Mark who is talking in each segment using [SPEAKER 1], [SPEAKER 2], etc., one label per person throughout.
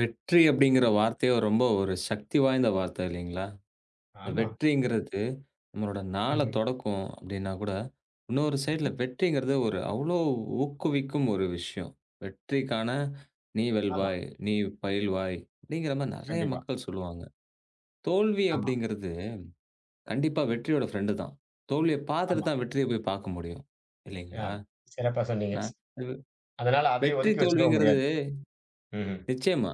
[SPEAKER 1] வெற்றி அப்படிங்கிற வார்த்தையே ரொம்ப ஒரு சக்தி வாய்ந்த வார்த்தை இல்லைங்களா? இந்த
[SPEAKER 2] ஆமா.
[SPEAKER 1] வெற்றிங்கிறது நம்மளோட நாள
[SPEAKER 2] ம்ஹ்ம்.
[SPEAKER 1] தொடக்கும் அப்படின்னா கூட, இன்னொரு சைட்ல வெற்றிங்கிறது ஒரு அவ்வளோ ஊக்குவிக்கும் ஒரு விஷயம். வெற்றிக்கான "நீ
[SPEAKER 2] ஆமா.
[SPEAKER 1] வெல்வாய், நீ பயில்வாய்" அப்படிங்கிற மாரி நெறைய
[SPEAKER 2] கண்டிப்பா.
[SPEAKER 1] மக்கள் சொல்லுவாங்க. தோல்வி
[SPEAKER 2] ஆமா,
[SPEAKER 1] அப்படிங்கிறது கண்டிப்பா வெற்றியோட ஃப்ரெண்டு தான். தோல்விய பார்த்துட்டு
[SPEAKER 2] ஆமா.
[SPEAKER 1] தான் வெற்றிய போய் பார்க்க முடியும்.
[SPEAKER 2] ஆ.
[SPEAKER 1] இல்லைங்களா?
[SPEAKER 2] சிறப்பா சொன்னீங்க.
[SPEAKER 1] நா
[SPEAKER 2] அதனால அதை
[SPEAKER 1] வெற்றி
[SPEAKER 2] ஒதுக்கி வச்சுடவும்
[SPEAKER 1] தோல்விங்கிறது
[SPEAKER 2] முடியாது. ம்ஹ்ம்.
[SPEAKER 1] நிச்சயமா.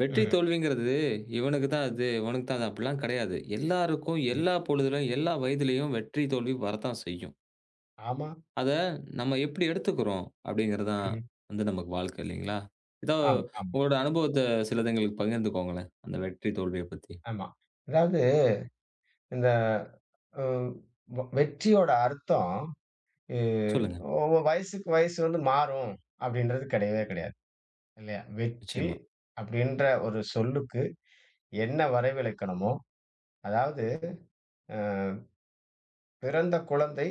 [SPEAKER 1] வெற்றி
[SPEAKER 2] ம்ஹ்ம்.
[SPEAKER 1] தோல்விங்கிறது இவனுக்கு தான் அது, இவனுக்கு தான் அது அப்படிலாம் கிடையாது. எல்லாருக்கும்,
[SPEAKER 2] ம்ஹ்ம்.
[SPEAKER 1] எல்லா பொழுதிலும், எல்லா வயதிலயும் வெற்றி, தோல்வி வரத்தான் செய்யும்.
[SPEAKER 2] ஆமா.
[SPEAKER 1] அத நம்ம எப்படி எடுத்துக்கிறோம் அப்படிங்கிறது தான்
[SPEAKER 2] ம்ஹ்ம்.
[SPEAKER 1] வந்து நமக்கு வாழ்க்கை இல்லைங்களா? ஏதோ
[SPEAKER 2] ஆமா, ஆமா,
[SPEAKER 1] உங்களோட அனுபவத்த சிலது எங்களுக்கு பகிர்ந்துக்கோங்களேன். அந்த வெற்றி, தோல்விய பத்தி.
[SPEAKER 2] ஆமா. அதாவது இந்த அ வ வெற்றியோட அர்த்தம் இ
[SPEAKER 1] சொல்லுங்க.
[SPEAKER 2] ஒவ்வொ வயசுக்கு வயசு வந்து மாறும் அப்படின்றது கிடையவே கிடையாது. இல்லையா? வெற்றி
[SPEAKER 1] நிச்சயமா,
[SPEAKER 2] அப்படின்ற ஒரு சொல்லுக்கு என்ன வரைவிலக்கணமோ, அதாவது அ பிறந்த குழந்தை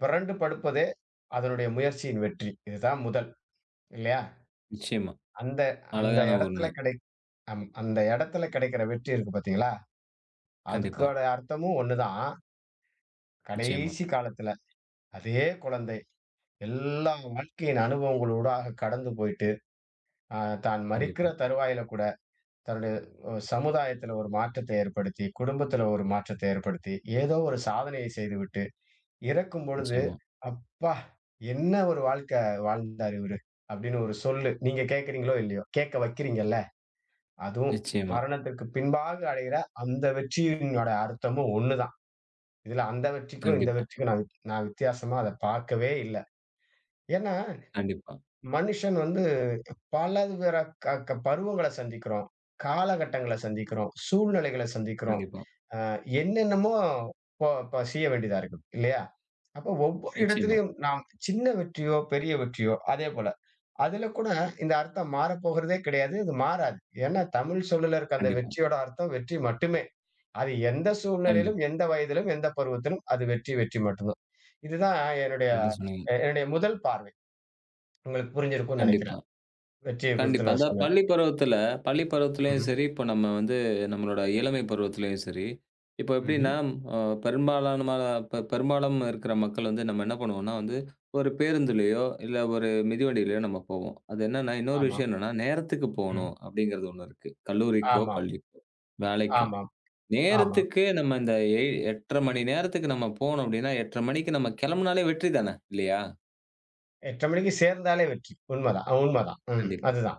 [SPEAKER 2] பிறண்டு படுப்பதே அதனுடைய முயற்சியின் வெற்றி. இதுதான் முதல். இல்லையா?
[SPEAKER 1] நிச்சயமா.
[SPEAKER 2] அந்த அந்த
[SPEAKER 1] அழகான
[SPEAKER 2] இடத்துல
[SPEAKER 1] ஒண்ணு.
[SPEAKER 2] கிடை அம் அந்த இடத்துல கிடைக்கிற வெற்றி இருக்கு பார்த்தீங்களா?
[SPEAKER 1] கண்டிப்பா.
[SPEAKER 2] அதுக்கோட அர்த்தமும் ஒண்ணுதான்.
[SPEAKER 1] நிச்சயமா,
[SPEAKER 2] கடைசி காலத்துல அதே குழந்தை எல்லா வாழ்க்கையின் அனுபவங்களூடாக கடந்து போயிட்டு, அ தான் மரிக்கிற
[SPEAKER 1] கண்டிப்பா.
[SPEAKER 2] தருவாயில கூட தன்னுடைய சமுதாயத்துல ஒரு மாற்றத்தை ஏற்படுத்தி, குடும்பத்துல ஒரு மாற்றத்தை ஏற்படுத்தி, ஏதோ ஒரு சாதனையை செய்துவிட்டு இறக்கும் பொழுது,
[SPEAKER 1] நிச்சயமா,
[SPEAKER 2] "அப்பா! என்ன ஒரு வாழ்க்கை வாழ்ந்தார் இவரு" அப்படின்னு ஒரு சொல்லு. நீங்க கேட்கிறீங்களோ, இல்லையோ? கேட்க வைக்கிறீங்கல்ல? அதுவும்
[SPEAKER 1] நிச்சயமா.
[SPEAKER 2] மரணத்திற்கு பின்பாக அடையிற அந்த வெற்றியினோட அர்த்தமும் ஒண்ணுதான். இதுல அந்த வெற்றிக்கும், இந்த
[SPEAKER 1] கண்டிப்பா,
[SPEAKER 2] வெற்றிக்கும் நான் வித்தியாசமா அத பார்க்கவே இல்ல. ஏன்னா,
[SPEAKER 1] கண்டிப்பா,
[SPEAKER 2] மனுஷன் வந்து பலதர க க பருவங்கள சந்திக்கிறோம், காலகட்டங்கள சந்திக்கிறோம், சூழ்நிலைகள சந்திக்கிறோம்.
[SPEAKER 1] கண்டிப்பா.
[SPEAKER 2] அ என்னென்னமோ ப பசிய வேண்டியதா இருக்குது, இல்லையா? அப்போ ஒவ்வொரு
[SPEAKER 1] நிச்சயமா,
[SPEAKER 2] இடத்திலும் நாம் சின்ன வெற்றியோ, பெரிய வெற்றியோ அதேபோல. அதுல கூட இந்த அர்த்தம் மாறப்போகிறதே கிடையாது. இது மாறாது. ஏன்னா தமிழ் சொல்லுல இருக்க அந்த
[SPEAKER 1] கண்டிப்பா,
[SPEAKER 2] வெற்றியோட அர்த்தம் வெற்றி மட்டுமே. அது எந்த சூழ்நிலையிலும்,
[SPEAKER 1] கண்டிப்பா.
[SPEAKER 2] எந்த வயதிலும், எந்த பருவத்திலும் அது வெற்றி, வெற்றி மட்டும்தான். இதுதான் என்னுடைய
[SPEAKER 1] கரெக்ட்டா சொன்னீங்க.
[SPEAKER 2] என்னுடைய முதல் பார்வை. உங்களுக்கு புரிஞ்சிருக்கும்னு நெனைக்கிறேன்.
[SPEAKER 1] கண்டிப்பா.
[SPEAKER 2] வெற்றிய குறித்து
[SPEAKER 1] கண்டிப்பா.
[SPEAKER 2] நான்
[SPEAKER 1] இந்த
[SPEAKER 2] சொன்னது.
[SPEAKER 1] பள்ளி பருவத்தில பள்ளி பருவத்திலயும்
[SPEAKER 2] ம்ஹ்ம்.
[SPEAKER 1] சரி, இப்போ நம்ம வந்து நம்மளோட இளமை பருவத்திலயும் சரி, இப்போ
[SPEAKER 2] ம்ஹ்ம்.
[SPEAKER 1] எப்படின்னா, அ பெரும்பாலான பெ பெரும்பாலும் இருக்கிற மக்கள் வந்து நம்ம என்ன பண்ணுவோம்னா வந்து, ஒரு பேருந்துலயோ, இல்ல ஒரு மிதிவண்டியிலயோ நம்ம போவோம். அது என்னன்னா, இன்னொரு
[SPEAKER 2] ஆமா.
[SPEAKER 1] விஷயம் என்னன்னா, நேரத்துக்கு
[SPEAKER 2] ம்.
[SPEAKER 1] போணும் அப்படிங்கிறது ஒண்ணு இருக்கு. கல்லூரிக்கோ,
[SPEAKER 2] ஆமாம்,
[SPEAKER 1] பள்ளிக்கோ, வேலைக்கும்.
[SPEAKER 2] ஆமாம், ஆமாம்.
[SPEAKER 1] நேரத்துக்கு நம்ம இந்த எ 8:30 மணி நேரத்துக்கு நம்ம போனோம் அப்படின்னா, 8:30 மணிக்கு நம்ம கெளம்புனாலே வெற்றி தானே, இல்லையா?
[SPEAKER 2] 8:00 மணிக்கு சேர்ந்தாலே வெற்றி. உண்மதான். உண்மதான். ம்.
[SPEAKER 1] கண்டிப்பா.
[SPEAKER 2] அதுதான்.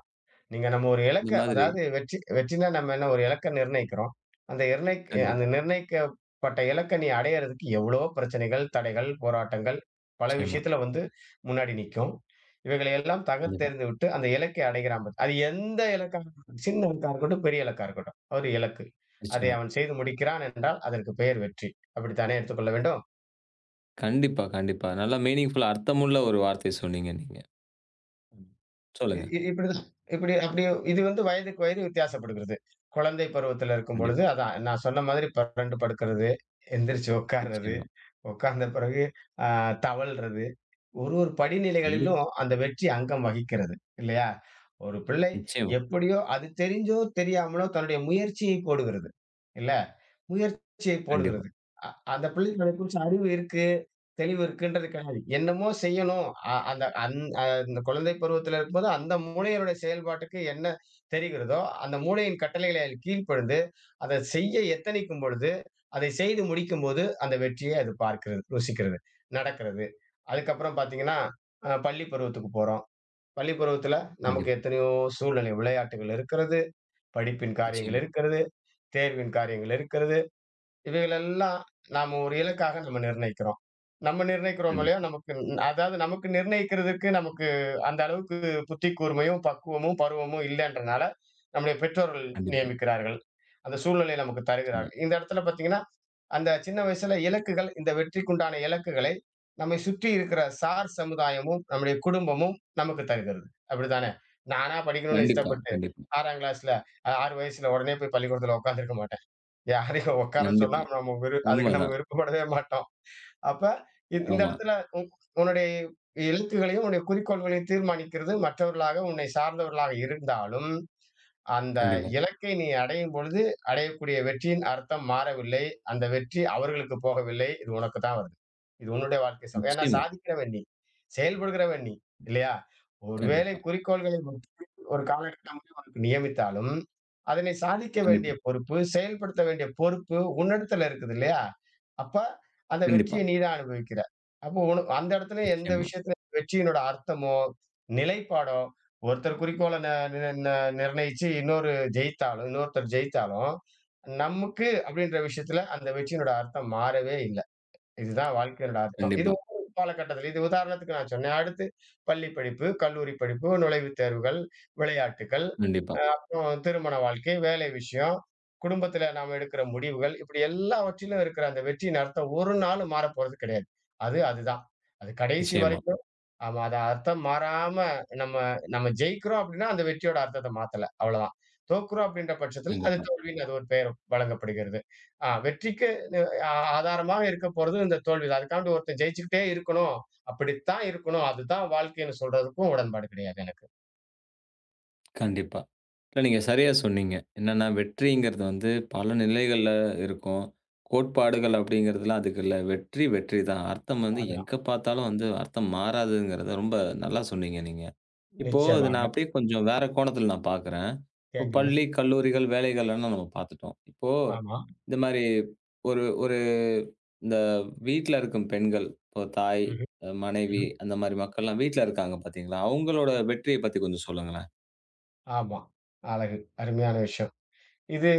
[SPEAKER 2] நீங்க நம்ம ஒரு
[SPEAKER 1] இந்த
[SPEAKER 2] இலக்க
[SPEAKER 1] மாதிரி
[SPEAKER 2] அதாவது வெற்றி வெற்றினா நம்ம என்ன ஒரு இலக்க நிர்ணயிக்கிறோம். அந்த
[SPEAKER 1] கண்டிப்பா.
[SPEAKER 2] நிர்ணயிக்கப்பட்ட இலக்க நீ அடையறதுக்கு எவ்வளவோ பிரச்சனைகள், தடைகள், போராட்டங்கள் பல
[SPEAKER 1] நிச்சயமா.
[SPEAKER 2] விஷயத்துல வந்து முன்னாடி நிக்கும். இவைகளை எல்லாம்
[SPEAKER 1] கண்டிப்பா.
[SPEAKER 2] தகர்த்தெறிந்து விட்டு அந்த இலக்கை அடைகிறான் பார் அது எந்த இலக்கா இருக்கட்டும், சின்ன இலக்கா இருக்கட்டும், பெரிய இலக்கா இருக்கட்டும். ஒரு இலக்கு. அதை
[SPEAKER 1] நிச்சயமா.
[SPEAKER 2] அவன் செய்து முடிக்கிறான் என்றால் அதற்கு பெயர் வெற்றி. அப்படித்தானே எடுத்துக்கொள்ள வேண்டும்?
[SPEAKER 1] கண்டிப்பா, கண்டிப்பா. நல்லா மீனிங்ஃபுல்லா அர்த்தமுள்ள ஒரு வார்த்தை சொன்னீங்க நீங்க.
[SPEAKER 2] இ
[SPEAKER 1] சொல்லுங்க.
[SPEAKER 2] இ இப்படிதான் இப்படி அப்படி இது வந்து வயதுக்கு வயது வித்தியாசப்படுகிறது. குழந்தை பருவத்தில இருக்கும்பொழுது,
[SPEAKER 1] கண்டிப்பா.
[SPEAKER 2] அதான் நான் சொன்ன மாதிரி புரண்டு படுக்கிறது, எந்திரிச்சு உட்கார்றது,
[SPEAKER 1] நிச்சயமா.
[SPEAKER 2] உட்கார்ந்த பிறகு அ தவழ்றது. ஒரு ஒரு படிநிலைகளிலும்
[SPEAKER 1] கண்டிப்பா.
[SPEAKER 2] அந்த வெற்றி அங்கம் வகிக்கிறது. இல்லையா? ஒரு பிள்ளை
[SPEAKER 1] நிச்சயமா.
[SPEAKER 2] எப்படியோ அது தெரிஞ்சோ, தெரியாமலோ தன்னுடைய முயற்சியை போடுகிறது. இல்ல? முயற்சியை
[SPEAKER 1] கண்டிப்பா.
[SPEAKER 2] போடுகிறது. அ அந்த பிள்ளைக்கு அத குறிச்ச அறிவு இருக்கு, தெளிவு இருக்குன்றது கிடையாது. என்னமோ செய்யணும். அ அந்த அந் அ அந்த குழந்தை பருவத்தில இருக்கும்போது, அந்த மூளையினுடைய செயல்பாட்டுக்கு என்ன தெரிகிறதோ, அந்த மூளையின் கட்டளைகளை அதில் கீழ்ப்படிந்து, அத செய்ய எத்தனிக்கும் பொழுது, அதை செய்து முடிக்கும்போது, அந்த வெற்றியை அது பார்க்கிறது, ருசிக்கிறது, நடக்கிறது. அதுக்கப்புறம் பார்த்தீங்கன்னா, பள்ளி பருவத்துக்கு போறோம். பள்ளி பருவத்தில நமக்கு
[SPEAKER 1] கண்டிப்பா.
[SPEAKER 2] எத்தனையோ சூழ்நிலை, விளையாட்டுகள் இருக்கிறது, படிப்பின் காரியங்கள்
[SPEAKER 1] நிச்சயமா.
[SPEAKER 2] இருக்கிறது, தேர்வின் காரியங்கள் இருக்கிறது. இவைகளெல்லாம் நாம ஒரு இலக்காக நம்ம நிர்ணயிக்கிறோம். நம்ம நிர்ணயிக்கிறோம் இல்லையா?
[SPEAKER 1] கண்டிப்பா.
[SPEAKER 2] அதாவது நமக்கு நிர்ணயிக்கிறதுக்கு நமக்கு அந்த அளவுக்கு புத்தி கூர்மையும், பக்குவமும், பருவமும் இல்லன்றனால, நம்முடைய பெற்றோர்கள்
[SPEAKER 1] கண்டிப்பா.
[SPEAKER 2] நியமிக்கிறார்கள். அந்த சூழ்நிலையை நமக்கு
[SPEAKER 1] நிச்சயமா.
[SPEAKER 2] தருகிறார்கள். இந்த இடத்துல பார்த்தீங்கன்னா, அந்த சின்ன வயசுல இலக்குகள் இந்த வெற்றிக்குண்டான இலக்குகளை நம்மை சுற்றி இருக்கிற சமுதாயமும், நம்முடைய குடும்பமும் நமக்கு தருகிறது. அப்படித்தானே? நானா படிக்கணும்னு
[SPEAKER 1] கண்டிப்பா,
[SPEAKER 2] இஷ்டப்பட்டு
[SPEAKER 1] கண்டிப்பா.
[SPEAKER 2] 6ஆம் கிளாஸ்ல 6 வயசுல உடனே போய் பள்ளிக்கூடத்துல உட்கார்ந்திருக்க மாட்டேன். யாரையும் உட்கார சொன்னா
[SPEAKER 1] கண்டிப்பா.
[SPEAKER 2] நம்ம விரு அதுக்கு நம்ம
[SPEAKER 1] உண்மதான்.
[SPEAKER 2] விருப்பப்படவே மாட்டோம். அப்ப இந்த
[SPEAKER 1] ஆமா.
[SPEAKER 2] இடத்துல உன் உன்னுடைய இலக்குகளையும், உன்னுடைய குறிக்கோள்களையும் தீர்மானிக்கிறது மற்றவர்களாக உன்னை சார்ந்தவர்களாக இருந்தாலும், அந்த
[SPEAKER 1] கண்டிப்பா.
[SPEAKER 2] இலக்கை நீ அடையும் பொழுது அடையக்கூடிய வெற்றியின் அர்த்தம் மாறவில்லை. அந்த வெற்றி அவர்களுக்கு போகவில்லை. இது உனக்கு தான் வருது. இது உன்னுடைய வாழ்க்கை ச ஏன்னா
[SPEAKER 1] நிச்சயமா.
[SPEAKER 2] சாதிக்கிறவன் நீ. செயல்படுகிறவன் நீ. இல்லையா? ஒருவேளை
[SPEAKER 1] கண்டிப்பா.
[SPEAKER 2] குறிக்கோள்களை ஒரு காலகட்டம்ல உனக்கு நியமித்தாலும், அதனை சாதிக்க வேண்டிய
[SPEAKER 1] கண்டிப்பா.
[SPEAKER 2] பொறுப்பு, செயல்படுத்த வேண்டிய பொறுப்பு உன்னிடத்துல இருக்குது இல்லையா? அப்ப அந்த
[SPEAKER 1] கண்டிப்பா.
[SPEAKER 2] வெற்றிய நீ தான் அனுபவிக்கிற. அப்போ உன அந்த இடத்துல எந்த
[SPEAKER 1] நிச்சயமா.
[SPEAKER 2] விஷயத்துல வெற்றியினோட அர்த்தமோ, நிலைப்பாடோ, ஒருத்தர் குறிக்கோள ந ந ந நிர்ணயிச்சு இன்னொரு ஜெயித்தாலும் இன்னொருத்தர் ஜெயித்தாலும், நமக்கு அப்படின்ற விஷயத்துல அந்த வெற்றியினோட அர்த்தம் மாறவே இல்ல. இதுதான் வாழ்க்கையோட அர்த்தம். இது
[SPEAKER 1] கண்டிப்பா.
[SPEAKER 2] ஒவ்வொரு காலகட்டத்தில இது உதாரணத்துக்கு நான் சொன்னேன். அடுத்து பள்ளி படிப்பு, கல்லூரி படிப்பு, நுழைவுத் தேர்வுகள், விளையாட்டுக்கள்,
[SPEAKER 1] கண்டிப்பா.
[SPEAKER 2] அப்புறம் திருமண வாழ்க்கை, வேலை விஷயம், குடும்பத்தில நாம எடுக்கிற முடிவுகள், இப்படி எல்லாவற்றிலும் இருக்கிற அந்த வெற்றியின் அர்த்தம் ஒரு நாளும் மாறப்போறது கிடையாது. அது அதுதான். அது கடைசி
[SPEAKER 1] நிச்சயமா.
[SPEAKER 2] வரைக்கும் ஆமா. அது அர்த்தம் மாறாம நம்ம நம்ம ஜெயிக்கிறோம் அப்படின்னா, அந்த வெற்றியோட அர்த்தத்த மாத்தல. அவ்வளதான். தோற்கிறோம் அப்படின்ற பட்சத்தில அது
[SPEAKER 1] கண்டிப்பா.
[SPEAKER 2] தோல்வின்னு அது ஒரு பெயர் வழங்கப்படுகிறது. ஆ வெற்றிக்கு ந ஆ ஆதாரமாக இருக்க போறதும் இந்த தோல்விதான். அதுக்காண்டி ஒருத்தன் ஜெயிச்சுக்கிட்டே இருக்கணும். அப்படித்தான் இருக்கணும். அதுதான் வாழ்க்கைன்னு சொல்றதுக்கும் உடன்பாடு கிடையாது எனக்கு.
[SPEAKER 1] கண்டிப்பா. இல்ல நீங்க சரியா சொன்னீங்க. என்னன்னா வெற்றிங்கிறது வந்து பல நிலைகள்ல இருக்கும். கோட்பாடுகள் அப்படிங்கிறதுலாம் அதுக்கு இல்ல. வெற்றி வெற்றி தான். அர்த்தம் வந்து
[SPEAKER 2] அதுதான்.
[SPEAKER 1] எங்க பார்த்தாலும் வந்து அர்த்தம் மாறாதுங்கிறத ரொம்ப நல்லா சொன்னீங்க நீங்க. இப்போ இத
[SPEAKER 2] நிச்சயமாக.
[SPEAKER 1] நான் அப்படியே கொஞ்சம் வேற கோணத்துல நான் பார்க்குறேன். இப்போ
[SPEAKER 2] கேளுங்க.
[SPEAKER 1] பள்ளி, கல்லூரிகள், வேலைகள்லாம் நம்ம பார்த்துட்டோம். இப்போ
[SPEAKER 2] ஆமா.
[SPEAKER 1] இந்த மாரி ஒரு ஒரு இந்த வீட்ல இருக்கும் பெண்கள், இப்போ தாய்,
[SPEAKER 2] ம்ஹ்ம்,
[SPEAKER 1] மனைவி
[SPEAKER 2] ம்ஹ்ம்.
[SPEAKER 1] அந்த மாரி மக்கள்லாம் வீட்ல இருக்காங்க பார்த்தீங்களா? அவங்களோட வெற்றிய பத்தி கொஞ்சம் சொல்லுங்களேன்.
[SPEAKER 2] ஆமா. அழகு. அருமையான விஷயம். இது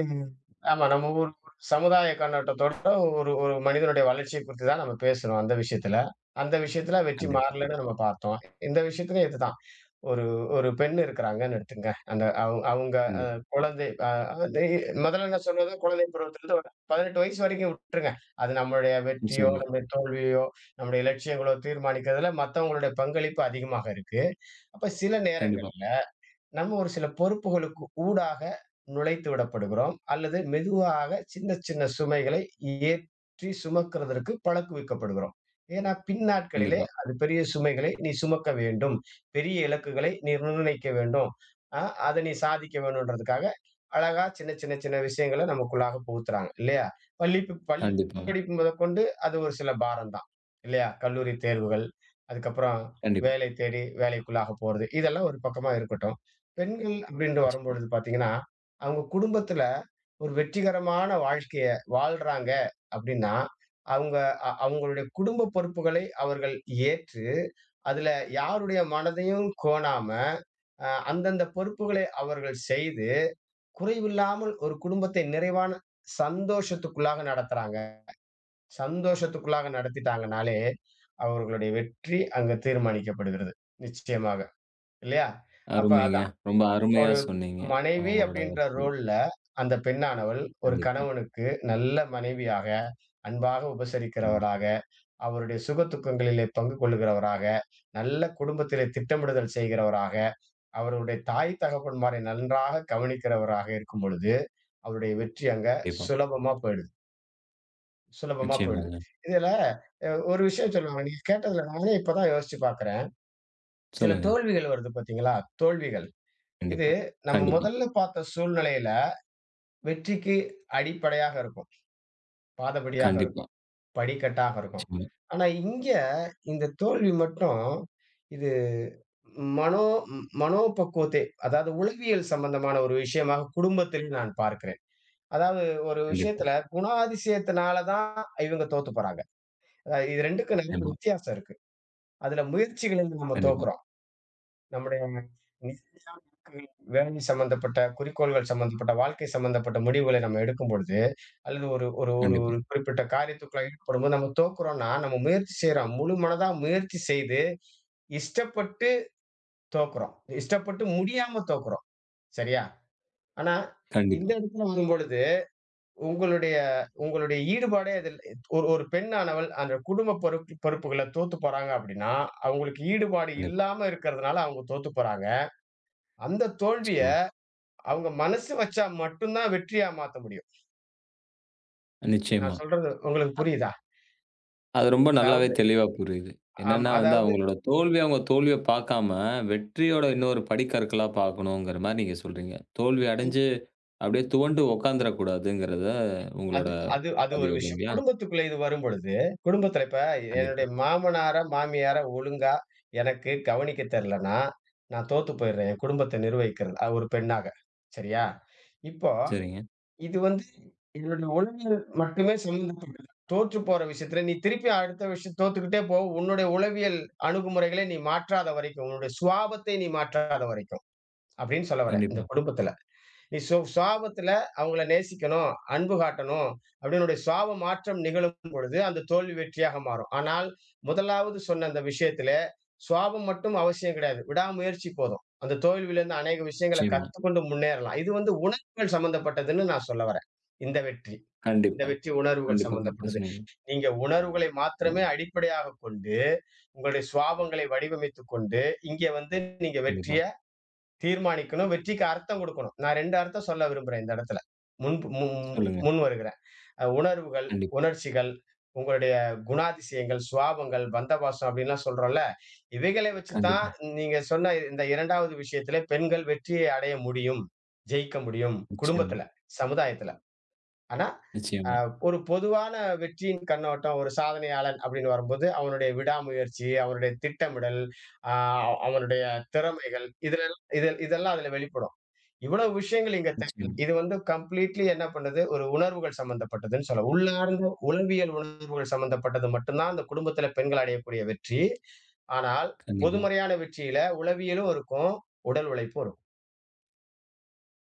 [SPEAKER 2] ஆமா நம்ம ஒரு ஒரு சமுதாய கண்ணோட்டத்தோட ஒரு ஒரு மனிதனுடைய வளர்ச்சிய குறித்து தான் நம்ம பேசுறோம் அந்த விஷயத்துல. அந்த விஷயத்துல வெற்றி
[SPEAKER 1] கண்டிப்பா.
[SPEAKER 2] மாறலன்னு நம்ம பார்த்தோம். இந்த விஷயத்துலயும் இதுதான். ஒரு ஒரு பெண் இருக்கிறாங்கன்னு எடுத்துங்க. அந்த அவங் அவங்க அ
[SPEAKER 1] கண்டிப்பா.
[SPEAKER 2] குழந்தை அ அது முதல்ல நான் சொன்னது குழந்தை பருவத்திலிருந்து ஒரு 18 வயசு வரைக்கும் விட்டுருங்க. அது நம்மளுடைய வெற்றியோ,
[SPEAKER 1] நிச்சயமா.
[SPEAKER 2] நம்முடைய தோல்வியோ, நம்முடைய இலட்சியங்களோ தீர்மானிக்கிறதுல மத்தவங்களுடைய பங்களிப்பு அதிகமாக இருக்கு. அப்ப சில
[SPEAKER 1] கண்டிப்பா,
[SPEAKER 2] நேரங்கள்ல நம்ம ஒரு சில பொறுப்புகளுக்கு ஊடாக நுழைத்து விடப்படுகிறோம் அல்லது மெதுவாக சின்ன சின்ன சுமைகளை ஏற்றி சுமக்கிறதற்கு பழக்குவிக்கப்படுகிறோம் ஏன்னா பின்னாட்களிலே
[SPEAKER 1] கண்டிப்பா,
[SPEAKER 2] அது பெரிய சுமைகளை நீ சுமக்க வேண்டும் பெரிய இலக்குகளை நீ நிர்ணயிக்க வேண்டும் அதை நீ சாதிக்க வேணுன்றதுக்காக அழகா சின்ன சின்ன சின்ன விஷயங்களை நமக்குள்ளாக புகுத்துறாங்க இல்லையா பள்ளி
[SPEAKER 1] கண்டிப்பாங்க.
[SPEAKER 2] படிப்பு முதற்கொண்டு அது ஒரு சில பாரம் தான் இல்லையா கல்லூரி தேர்வுகள் அதுக்கப்புறம்
[SPEAKER 1] கண்டிப்பா,
[SPEAKER 2] வேலை தேடி வேலைக்குள்ளாக போறது இதெல்லாம் ஒரு பக்கமா இருக்கட்டும் பெண்கள் அப்படின்ட்டு
[SPEAKER 1] நிச்சயமா.
[SPEAKER 2] வரும்பொழுது பார்த்தீங்கன்னா, அவங்க குடும்பத்துல ஒரு வெற்றிகரமான வாழ்க்கைய வாழ்றாங்க அப்படின்னா, அவங்க அவங்களுடைய குடும்ப பொறுப்புகளை அவர்கள் ஏற்று, அதுல யாருடைய மனதையும் கோணாம, அந்தந்த பொறுப்புகளை அவர்கள் செய்து, குறைவில்லாமல் ஒரு குடும்பத்தை நிறைவான சந்தோஷத்துக்குள்ளாக நடத்துறாங்க. சந்தோஷத்துக்குள்ளாக நடத்திட்டாங்கனாலே, அவர்களுடைய வெற்றி அங்க தீர்மானிக்கப்படுகிறது. நிச்சயமாக. இல்லையா? அப்ப அத
[SPEAKER 1] அருமைங்க. ரொம்ப அருமையா
[SPEAKER 2] ஒரு
[SPEAKER 1] சொன்னீங்க.
[SPEAKER 2] மனைவி
[SPEAKER 1] அவங்களோட
[SPEAKER 2] அப்படின்ற
[SPEAKER 1] கதை.
[SPEAKER 2] ரோல்ல, அந்த பெண்ணானவள் ஒரு
[SPEAKER 1] கண்டிப்பா,
[SPEAKER 2] கணவனுக்கு நல்ல மனைவியாக, அன்பாக
[SPEAKER 1] ம்.
[SPEAKER 2] உபசரிக்கிறவராக, அவருடைய சுக துக்கங்களிலே பங்கு கொள்ளுகிறவராக, நல்ல குடும்பத்திலே திட்டமிடுதல் செய்கிறவராக, அவருடைய தாய் தகப்பன்மாரை நன்றாக கவனிக்கிறவராக இருக்கும் பொழுது, அவருடைய வெற்றி அங்க
[SPEAKER 1] கண்டிப்பா.
[SPEAKER 2] சுலபமா போயிடுது சுலபமா போயிடுது.
[SPEAKER 1] நிச்சயமாங்க.
[SPEAKER 2] இதுல ஒரு விஷயம் சொல்லுவாங்க. நீங்க கேட்டதுல நானே இப்ப தான் யோசிச்சு பார்க்கிறேன். சில
[SPEAKER 1] சொல்லுங்க.
[SPEAKER 2] தோல்விகள் வருது பார்த்தீங்களா? தோல்விகள். இது
[SPEAKER 1] கண்டிப்பா,
[SPEAKER 2] நம்ம
[SPEAKER 1] கண்டிப்பா,
[SPEAKER 2] முதல்ல பார்த்த சூழ்நிலையில வெற்றிக்கு அடிப்படையாக இருக்கும். பாதபடியாக
[SPEAKER 1] கண்டிப்பா.
[SPEAKER 2] இருக்கும். படிக்கட்டாக இருக்கும்.
[SPEAKER 1] நிச்சயமா,
[SPEAKER 2] ஆனா இங்க இந்த தோல்வி மட்டும் இது மனோ மனோபக்குவத்தை அதாவது உளவியல் சம்பந்தமான ஒரு விஷயமாக குடும்பத்தில் நான் பார்க்கிறேன். அதாவது ஒரு
[SPEAKER 1] கண்டிப்பா,
[SPEAKER 2] விஷயத்துல குணாதிசயத்தினால தான் இவங்க தோத்து போறாங்க. இது 2க்கும் நெறைய
[SPEAKER 1] நிச்சயமா,
[SPEAKER 2] வித்தியாசம் இருக்கு. அதுல முயற்சிகளில் நம்ம
[SPEAKER 1] கண்டிப்பா,
[SPEAKER 2] தோக்குறோம். நம்முடைய நிலையான வேலை சம்பந்தப்பட்ட குறிக்கோள்கள் சம்பந்தப்பட்ட, வாழ்க்கை சம்பந்தப்பட்ட முடிவுகளை நம்ம எடுக்கும் பொழுது, அல்லது ஒரு ஒரு ஒரு
[SPEAKER 1] கண்டிப்பா,
[SPEAKER 2] ஒரு குறிப்பிட்ட காரியத்துக்குள்ள ஈடுபடும்போது நம்ம தோக்குறோம்னா, நம்ம முயற்சி செய்றோம். முழு மனதா முயற்சி செய்து, இஷ்டப்பட்டு தோக்குறோம். இஷ்டப்பட்டு முடியாம தோக்குறோம். சரியா? ஆனா, இந்த
[SPEAKER 1] கண்டிப்பா,
[SPEAKER 2] இடத்துல வரும்பொழுது, உங்களுடைய உங்களுடைய ஈடுபாடே அதில் ஒரு ஒரு பெண்ணானவள் அந்த குடும்ப பொறுப்புகள தோத்து போறாங்க அப்படின்னா, அவங்களுக்கு ஈடுபாடு
[SPEAKER 1] கண்டிப்பா.
[SPEAKER 2] இல்லாம இருக்கிறதுனால அவங்க தோத்து போறாங்க. அந்த தோல்விய
[SPEAKER 1] நிச்சயமா,
[SPEAKER 2] அவங்க மனசு வச்சா மட்டும் தான் வெற்றியா மாத்த முடியும். நான்
[SPEAKER 1] நிச்சயமா.
[SPEAKER 2] சொல்றது உங்களுக்கு புரியுதா?
[SPEAKER 1] அது ரொம்ப நல்லாவே
[SPEAKER 2] அதாவது
[SPEAKER 1] தெளிவா புரியுது.
[SPEAKER 2] ஆமா.
[SPEAKER 1] என்னன்னா வந்து
[SPEAKER 2] அதாவது
[SPEAKER 1] அவங்க தோல்விய பார்க்காம, வெற்றியோட இன்னொரு படிக்கற்களா பார்க்கணுங்கிற மாரி நீங்க சொல்றீங்க. தோல்வி
[SPEAKER 2] ம்
[SPEAKER 1] அடைஞ்சு அப்படியே துவண்டு உட்கார்ந்துரக் கூடாதுங்கிறத
[SPEAKER 2] அது
[SPEAKER 1] உங்களோட
[SPEAKER 2] அது அது ஒரு
[SPEAKER 1] பதிவு
[SPEAKER 2] விஷயம்.
[SPEAKER 1] இல்லைங்களா?
[SPEAKER 2] குடும்பத்துக்குள்ள இது வரும்பொழுது, குடும்பத்தில இப்ப
[SPEAKER 1] கண்டிப்பா.
[SPEAKER 2] என்னுடைய மாமனார, மாமியார ஒழுங்கா எனக்கு கவனிக்க தெரியலன்னா, நான் தோத்து போயிடுறேன். என் குடும்பத்த நிர்வகிக்கிறது ஒரு பெண்ணாக. சரியா? இப்போ
[SPEAKER 1] சரிங்க.
[SPEAKER 2] இது வந்து என்னுடைய உளவியல் மட்டுமே சம்மந்தப்பட்டது. தோற்று போற விஷயத்துல, நீ திருப்பி அடுத்த விஷயம் தோத்துக்கிட்டே போ. உன்னுடைய உளவியல் அணுகுமுறைகளை நீ மாற்றாத வரைக்கும், உன்னுடைய சுவாபத்தை நீ மாற்றாத வரைக்கும். அப்படின்னு சொல்ல வரேன், இந்த
[SPEAKER 1] கண்டிப்பா.
[SPEAKER 2] குடும்பத்துல. நீ சு சுவாபத்துல அவங்கள நேசிக்கணும், அன்பு காட்டணும். அப்படின்னு உன்னுடைய சுவாப மாற்றம் நிகழும் பொழுது, அந்த தோல்வி வெற்றியாக மாறும். ஆனால், முதலாவது சொன்ன அந்த விஷயத்திலே, சுவாபம் மட்டும் அவசியம் கிடையாது. விடாமுயற்சி போதும். அந்த தோல்வியிலிருந்து அநேக விஷயங்கள
[SPEAKER 1] நிச்சயமா.
[SPEAKER 2] கத்துக்கொண்டு முன்னேறலாம். இது வந்து உணர்வுகள் சம்பந்தப்பட்டதுன்னு நான் சொல்ல வரேன். இந்த வெற்றி. இந்த
[SPEAKER 1] கண்டிப்பா.
[SPEAKER 2] வெற்றி உணர்வுகள்
[SPEAKER 1] கண்டிப்பா. கரெக்ட்டா
[SPEAKER 2] சம்பந்தப்பட்டது.
[SPEAKER 1] சொன்னீங்க.
[SPEAKER 2] நீங்க உணர்வுகளை மாத்திரமே அடிப்படையாகக் கொண்டு, உங்களுடைய சுவாபங்களை வடிவமைத்துக் கொண்டு, இங்கே வந்து நீங்க
[SPEAKER 1] கண்டிப்பா.
[SPEAKER 2] வெற்றிய தீர்மானிக்கணும். வெற்றிக்கு அர்த்தம் குடுக்கணும். நான் 2 அர்த்தம் சொல்ல விரும்புறேன் இந்த இடத்துல. முன் முன்
[SPEAKER 1] சொல்லுங்க.
[SPEAKER 2] முன் வருகிறேன். உணர்வுகள்,
[SPEAKER 1] கண்டிப்
[SPEAKER 2] உணர்ச்சிகள், உங்களுடைய குணாதிசயங்கள், சுவாபங்கள், பந்தபாசம் அப்படின்லாம் சொல்றோம்ல. இவைகளை வச்சு தான்
[SPEAKER 1] கண்டிப்பா.
[SPEAKER 2] நீங்க சொன்ன இந்த 2வது விஷயத்திலே பெண்கள் வெற்றியை அடைய முடியும். ஜெயிக்க முடியும்.
[SPEAKER 1] நிச்சயமா,
[SPEAKER 2] குடும்பத்துல, சமுதாயத்துல. ஆனா, அ
[SPEAKER 1] நிச்சயமா,
[SPEAKER 2] ஒரு பொதுவான வெற்றியின் கண்ணோட்டம் ஒரு சாதனையாளன் அப்படின்னு வரும்போது, அவனுடைய விடாமுயற்சி, அவனுடைய திட்டமிடல், ஆ அவனுடைய திறமைகள், இதுல இது இதெல்லாம் அதுல வெளிப்படும். இவ்வளவு விஷயங்கள் இங்க தேவையில்ல.
[SPEAKER 1] நிச்சயமா.
[SPEAKER 2] இது வந்து கம்ப்ளீட்லி என்ன பண்ணுது, ஒரு உணர்வுகள் சம்பந்தப்பட்டதுன்னு சொல்லலாம். உள்ளார்ந்த உளவியல் உணர்வுகள் சம்பந்தப்பட்டது மட்டும் தான், அந்த குடும்பத்தில பெண்கள் அடையக்கூடிய வெற்றி. ஆனால்,
[SPEAKER 1] கண்டிப்பா.
[SPEAKER 2] பொதுமறையான வெற்றியில உளவியலும் இருக்கும், உடல் உழைப்பும் இருக்கும்.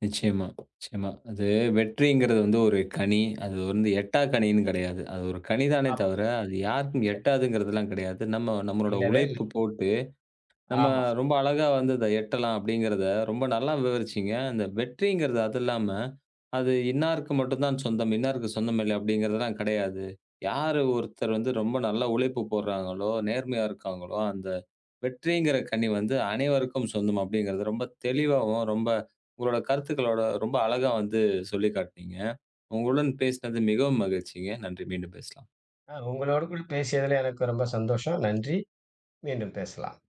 [SPEAKER 1] நிச்சயமா, நிச்சயமா. அது வெற்றிங்கிறது வந்து ஒரு கனி. அது வந்து எட்டா கனின்னு கிடையாது. அது ஒரு கனி தானே
[SPEAKER 2] ஆமா.
[SPEAKER 1] தவிர, அது யாருக்கும்
[SPEAKER 2] எ
[SPEAKER 1] எட்டாதுங்கிறதெல்லாம் கிடையாது. நம்மளோட
[SPEAKER 2] இல்லவே இல்ல.
[SPEAKER 1] உழைப்பு போட்டு நம்ம
[SPEAKER 2] ஆமா.
[SPEAKER 1] ரொம்ப அழகா வந்து அத எட்டலாம் அப்படிங்கிறத ரொம்ப நல்லா விவரிச்சீங்க. அந்த வெற்றிங்கிறது அது இல்லாம, அது இன்னாருக்கு மட்டும் தான் சொந்தம், இன்னாருக்கு சொந்தம் இல்லை அப்படிங்கிறதெல்லாம் கிடையாது. யாரு ஒருத்தர் வந்து ரொம்ப நல்லா உழைப்பு போடுறாங்களோ, நேர்மையா இருக்காங்களோ, அந்த வெற்றிங்கிற கனி வந்து அனைவருக்கும் சொந்தம் அப்படிங்கிறது ரொம்ப தெளிவாவும், ரொம்ப உங்களோட கருத்துக்களோட ரொம்ப அழகா வந்து சொல்லி காட்டினீங்க. உங்களுடன் பேசினது மிகவும் மகிழ்ச்சிங்க. நன்றி. மீண்டும் பேசலாம்.
[SPEAKER 2] உங்களோடு கூட பேசியதுல எனக்கு ரொம்ப சந்தோஷம். நன்றி. மீண்டும் பேசலாம்.